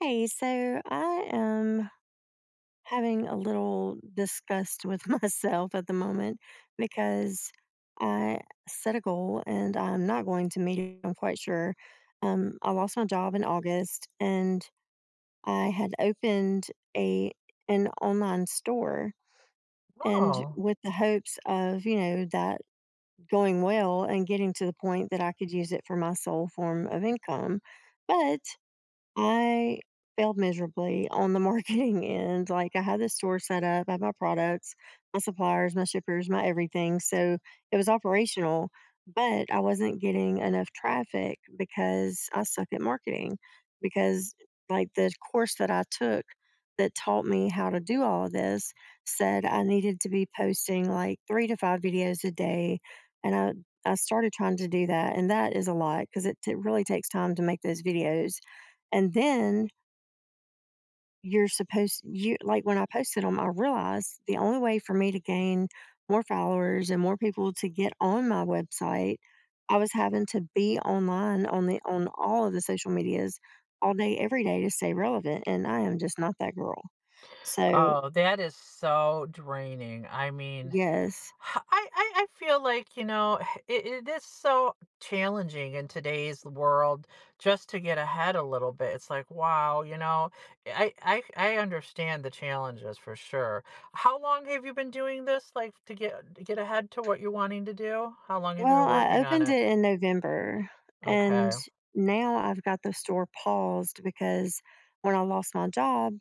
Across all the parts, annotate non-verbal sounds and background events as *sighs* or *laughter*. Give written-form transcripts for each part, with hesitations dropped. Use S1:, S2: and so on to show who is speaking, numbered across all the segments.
S1: Hey, so I am having a little disgust with *laughs* myself at the moment because I set a goal and I'm not going to meet it. I'm quite sure. I lost my job in August and I had opened a an online store and
S2: Oh,
S1: with the hopes of that going well and getting to the point that I could use it for my sole form of income, but I failed miserably on the marketing *laughs* end. Like I had the store set up, I had my products, my suppliers, my shippers, my everything. So it was operational, but I wasn't getting enough traffic because I suck at marketing. Because like the course that I took that taught me how to do all of this said I needed to be posting like three to five videos a day. And I started trying to do that. And that is a lot because it really takes time to make those videos and then you're supposed you like when I posted them, I realized the only way for me to gain more followers and more people to get on my website, I was having to be online on the on all of the social medias all day, every day to stay relevant. And I am just not that girl. So
S2: oh, that is so draining. I mean,
S1: yes.
S2: *sighs* I feel like, you know, *sighs* it is so challenging in today's world just to get ahead a little bit. It's like, wow, you know, I understand the challenges for sure. How long have you been doing this, like to get ahead to what you're wanting to do? How long have you been
S1: Well, I
S2: working on
S1: opened
S2: it?
S1: it in November and
S2: Okay,
S1: now I've got the store paused because when I lost my job,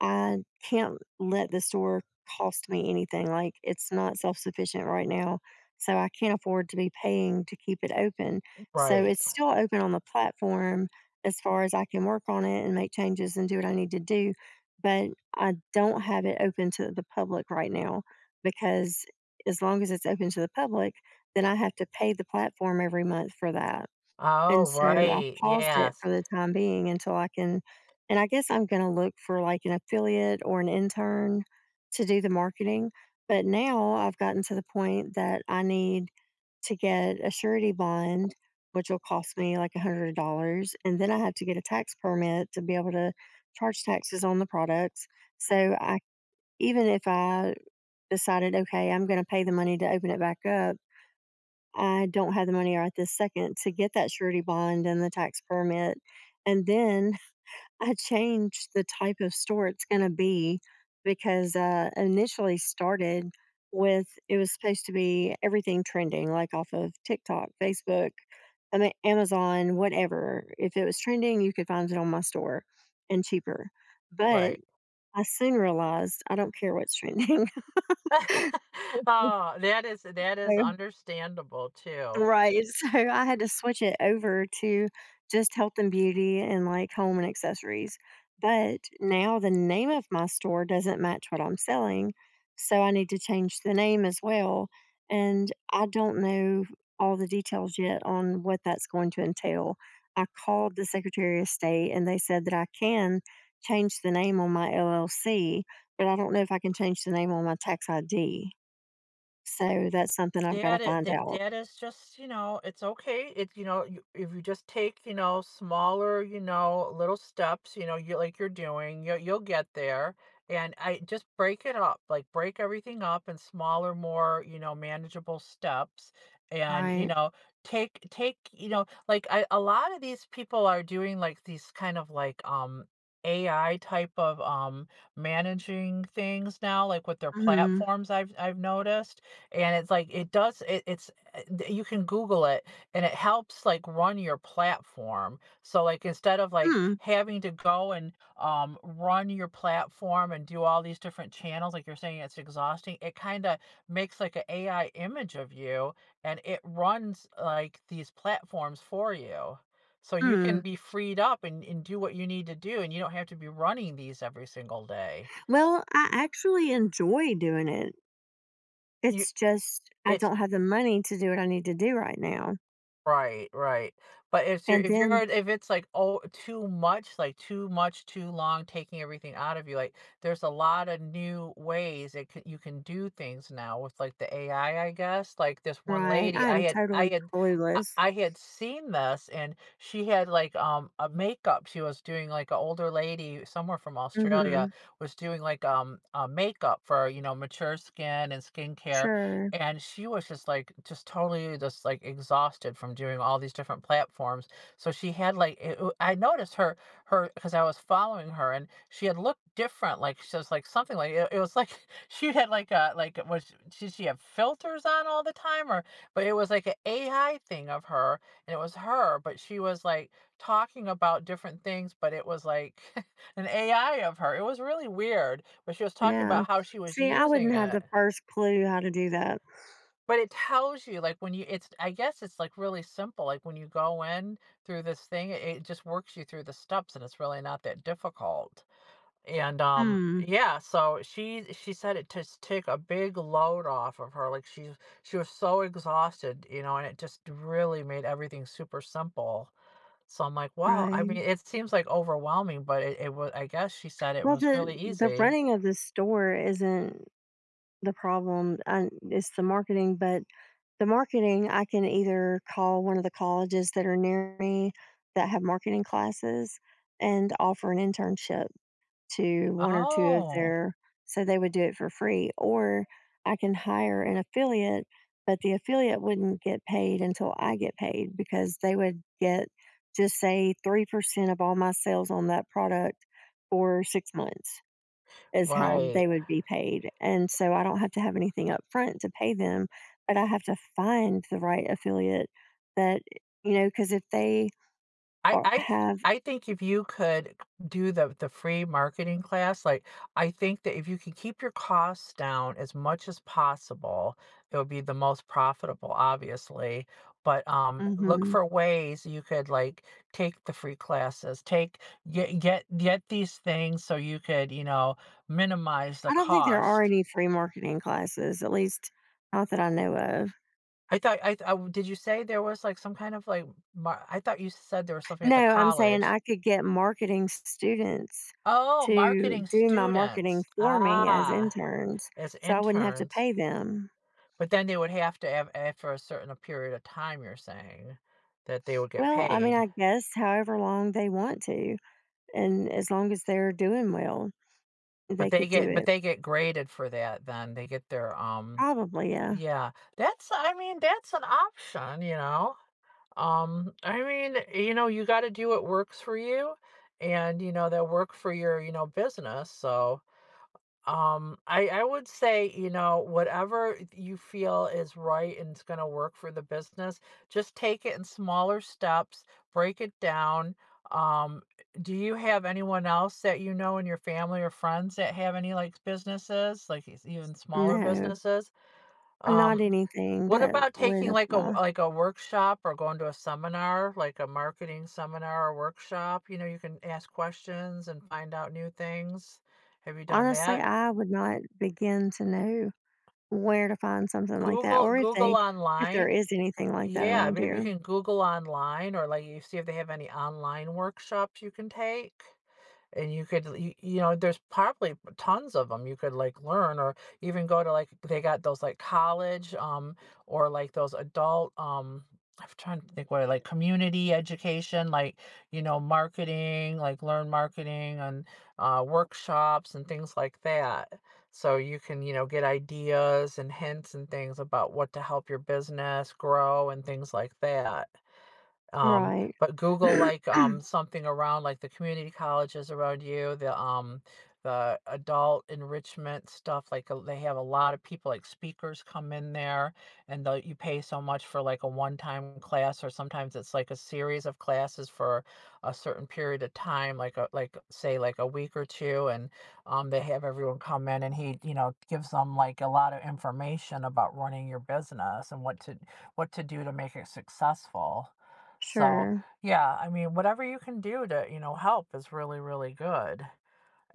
S1: I can't let the store cost me anything. Like it's not self sufficient right now. So I can't afford to be paying to keep it open. So
S2: right.
S1: it's still open on the platform as far as I can work on it and make changes and do what I need to do. But I don't have it open to the public right now because as long as it's open to the public, then I have to pay the platform every month for that.
S2: Oh,
S1: And so I
S2: right.
S1: paused it
S2: Yes,
S1: for the time being until I can, and I guess I'm gonna look for like an affiliate or an intern to do the marketing. But now I've gotten to the point that I need to get a surety bond, which will cost me like $100. And then I have to get a tax permit to be able to charge taxes on the products. So I, even if I decided, okay, I'm going to pay the money to open it back up, I don't have the money right this second to get that surety bond and the tax permit. And then *laughs* I changed the type of store it's going to be because initially started with, it was supposed to be everything trending, like off of TikTok, Facebook, I mean, Amazon, whatever. If it was trending, you could find it on my store and cheaper. But
S2: right.
S1: I soon realized I don't care what's trending.
S2: *laughs*
S1: *laughs*
S2: Oh, that is
S1: So
S2: understandable too.
S1: right, *laughs* so I had to switch it over to just health and beauty and, like, home and accessories, but now the name of my store doesn't match what I'm selling, so I need to change the name as well, and I don't know all the details yet on what that's going to entail. I called the Secretary of State, and they said that I can change the name on my LLC, but I don't know if I can change the name on my tax ID, so that's something I've
S2: That
S1: gotta
S2: I
S1: find
S2: that
S1: out.
S2: that is just, you know, it's okay. It's, you know, you if you just take, you know, smaller, you know, little steps, you know, you like you're doing, you'll get there. And I just break it up, like break everything up in smaller, more, you know, manageable steps. And, you
S1: Right.
S2: know, take, you know, like I a lot of these people are doing like these kind of like AI type of managing things now, like with their
S1: Mhm.
S2: platforms I've noticed. And it's like it does it it's d you can Google it, and it helps, like, run your platform. So, like, instead of, like,
S1: Mm.
S2: having to go and, run your platform and do all these different channels, like you're saying, it's exhausting, it kinda makes, like, an a AI image of you, and it runs, like, these platforms for you. So you can
S1: Mm.
S2: be freed up and do what you need to do, and you don't have to be running these every single day.
S1: Well, I actually enjoy doing it.
S2: You
S1: It's just I
S2: it's
S1: don't have the money to do what I need to do right now.
S2: Right, right. But if you're
S1: And
S2: if you're
S1: then
S2: uh, if it's like oh too much, like too much, too long, taking everything out of you, like there's a lot of new ways you can do things now with like the AI, I guess. Like this one
S1: right,
S2: lady,
S1: I
S2: I
S1: am
S2: had I
S1: totally
S2: had I
S1: clueless.
S2: I had seen this and she had like a makeup. She was doing like an older lady somewhere from Australia
S1: Mhm.
S2: was doing like a makeup for, you know, mature skin and skincare
S1: Sure.
S2: and she was just like just totally just like exhausted from doing all these different platforms so she had like I noticed her because I was following her and she had looked different like she was like something like it was like *laughs* she had like a like was did she have filters on all the time or but it was like an ai thing of her and it was her but she was like talking about different things but it was like *laughs* an ai of her it was really weird but she was talking
S1: Yeah.
S2: about how she was
S1: See, I
S2: using
S1: wouldn't have
S2: it
S1: the first clue how to do that.
S2: but it tells you, like, when you it's I guess it's, like, really simple, like, when you go in through this thing, it just works you through the steps, and it's really not that difficult, and,
S1: Mm.
S2: yeah, so she said it just took a big load off of her, like, she was so exhausted, you know, and it just really made everything super simple, so I'm like, "Wow," I mean,
S1: Right.
S2: it seems, like, overwhelming, but it was I guess she said it
S1: Well,
S2: was
S1: the
S2: really
S1: the
S2: easy.
S1: running of the store isn't the problem. I, it's the marketing, but the marketing, I can either call one of the colleges that are near me that have marketing classes and offer an internship to one or two of
S2: Oh,
S1: their, so they would do it for free, or I can hire an affiliate, but the affiliate wouldn't get paid until I get paid because they would get, just say, 3% of all my sales on that product for 6 months is how
S2: right.
S1: they would be paid, and so I don't have to have anything up front to pay them, but I have to find the right affiliate that, you know, because if they
S2: I
S1: are
S2: I th
S1: have,
S2: I think if you could do the free marketing class, like, I think that if you can keep your costs down as much as possible, it would be the most profitable, obviously, but, look
S1: mhm.
S2: for ways you could, like, take the free classes, take get these things so you could, you know, minimize the
S1: I don't think there are
S2: cost.
S1: any free marketing classes, at least not that I know of.
S2: I thought I th oh, did you say there was, like, some kind of, like, mar I thought you said there was something at
S1: No,
S2: the
S1: I'm saying
S2: college.
S1: I could get marketing students
S2: Oh,
S1: to
S2: marketing
S1: do my marketing
S2: students.
S1: for me as
S2: Ah,
S1: interns,
S2: as
S1: so I wouldn't have to
S2: interns.
S1: pay them.
S2: But then they would have to have after a certain period of time, you're saying, that they would get
S1: Well, I mean,
S2: paid.
S1: I guess however long they want to, and as long as they're doing well.
S2: But
S1: They
S2: they
S1: could do
S2: get but
S1: it.
S2: they get graded for that then. They get their
S1: Probably, yeah.
S2: yeah. That's I mean, that's an option, you know. I mean, you know, you gotta do what works for you and you know, that work for your, you know, business. So um, I would say, you know, whatever you feel is right and it's going to work for the business, just take it in smaller steps, break it down. Um, do you have anyone else that you know in your family or friends that have any like businesses, like even smaller
S1: No,
S2: businesses?
S1: not
S2: Um,
S1: anything
S2: what
S1: that
S2: about
S1: would
S2: taking like
S1: apply.
S2: a workshop or going to a seminar, like a marketing seminar or workshop? You know, you can ask questions and find out new things. Have you done
S1: Honestly,
S2: that?
S1: I would not begin to know where to find something like that, or if
S2: Google
S1: they, if there
S2: online.
S1: is anything like that
S2: Yeah,
S1: around
S2: maybe you
S1: here.
S2: can Google online or, like, you see if they have any online workshops you can take and you know there's probably tons of them you could like learn or even go to like they got those like college or like those adult I'm trying to think what like community education like you know marketing like learn marketing and workshops and things like that so you can you know get ideas and hints and things about what to help your business grow and things like that um,
S1: Right.
S2: but Google like something around like the community colleges around you, the adult enrichment stuff. Like they have a lot of people like speakers come in there, and they'll you pay so much for like a one-time class, or sometimes it's like a series of classes for a certain period of time, like a like say like a week or two, and they have everyone come in, and he you know gives them like a lot of information about running your business and what to do to make it successful so,
S1: Sure.
S2: yeah, I mean, whatever you can do to, you know, help is really, really good.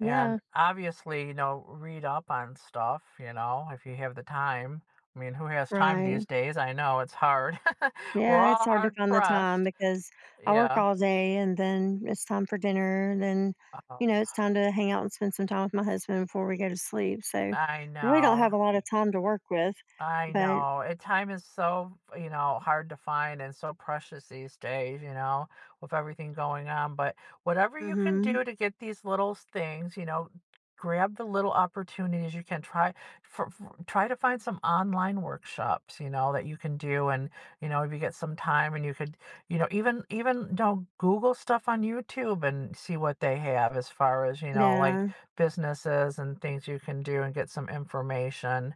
S2: And obviously, you know, read up on stuff, you know, if you have the time. I mean, who has time these
S1: Right.
S2: days? I know it's hard. *laughs* We're
S1: Yeah, it's
S2: all
S1: hard to
S2: hard
S1: find the time
S2: pressed.
S1: because I work
S2: Yeah.
S1: all day and then it's time for dinner and then,
S2: Uh,
S1: you know, it's time to hang out and spend some time with my husband before we go to sleep. So
S2: I
S1: really don't
S2: know.
S1: have a lot of time to work with.
S2: I
S1: But
S2: know. It time is so, you know, hard to find and so precious these days, you know, with everything going on. But whatever you can
S1: mhm.
S2: do to get these little things, you know, grab the little opportunities you can try try to find some online workshops, you know, that you can do and, you know, if you get some time and you could, you know, even you know, Google stuff on YouTube and see what they have as far as, you know, like
S1: Yeah.
S2: businesses and things you can do and get some information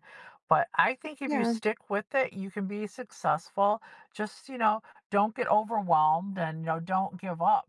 S2: but I think if you
S1: Yeah.
S2: stick with it, you can be successful. Just, you know, don't get overwhelmed and, you know, don't give up.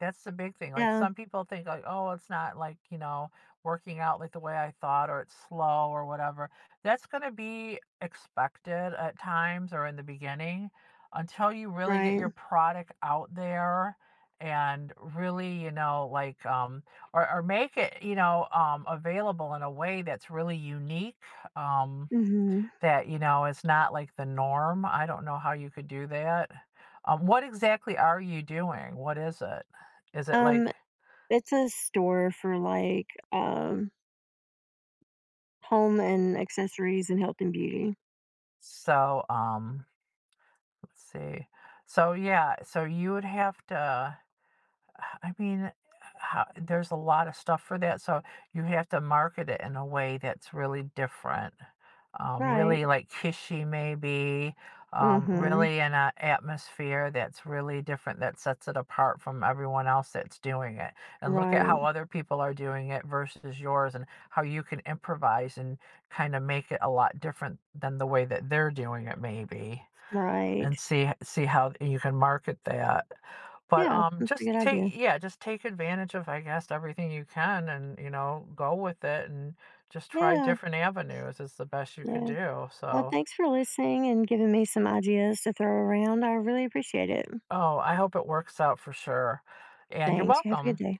S2: That's the big thing. Like
S1: Yeah.
S2: some people think like, oh, it's not like, you know, working out like the way I thought or it's slow or whatever. That's going to be expected at times or in the beginning until you really get
S1: Right.
S2: your product out there and really, you know, like or make it, you know, available in a way that's really unique. Um
S1: Mhm.
S2: that, you know, is not like the norm. I don't know how you could do that. What exactly are you doing? What is it? Is it like
S1: Um, it's a store for like home and accessories and health and beauty.
S2: so, let's see. So yeah, so you would have to I mean, ho there's a lot of stuff for that, so you have to market it in a way that's really different.
S1: Right.
S2: Really, like, kishy maybe,
S1: Mhm.
S2: really in an atmosphere that's really different, that sets it apart from everyone else that's doing it, and look at
S1: Right.
S2: how other people are doing it versus yours and how you can improvise and kinda make it a lot different than the way that they're doing it maybe,
S1: Right.
S2: and see how you can market that. But,
S1: Yeah, that's a
S2: just
S1: good
S2: take
S1: idea.
S2: yeah, just take advantage of, I guess, everything you can and, you know, go with it and just try
S1: Yeah.
S2: different avenues is the best you could
S1: Yeah.
S2: do,
S1: Well,
S2: so
S1: thanks for listening and giving me some ideas to throw around. I really appreciate it.
S2: Oh, I hope it works out for sure, and you're
S1: Thanks. You have a good
S2: welcome.
S1: day.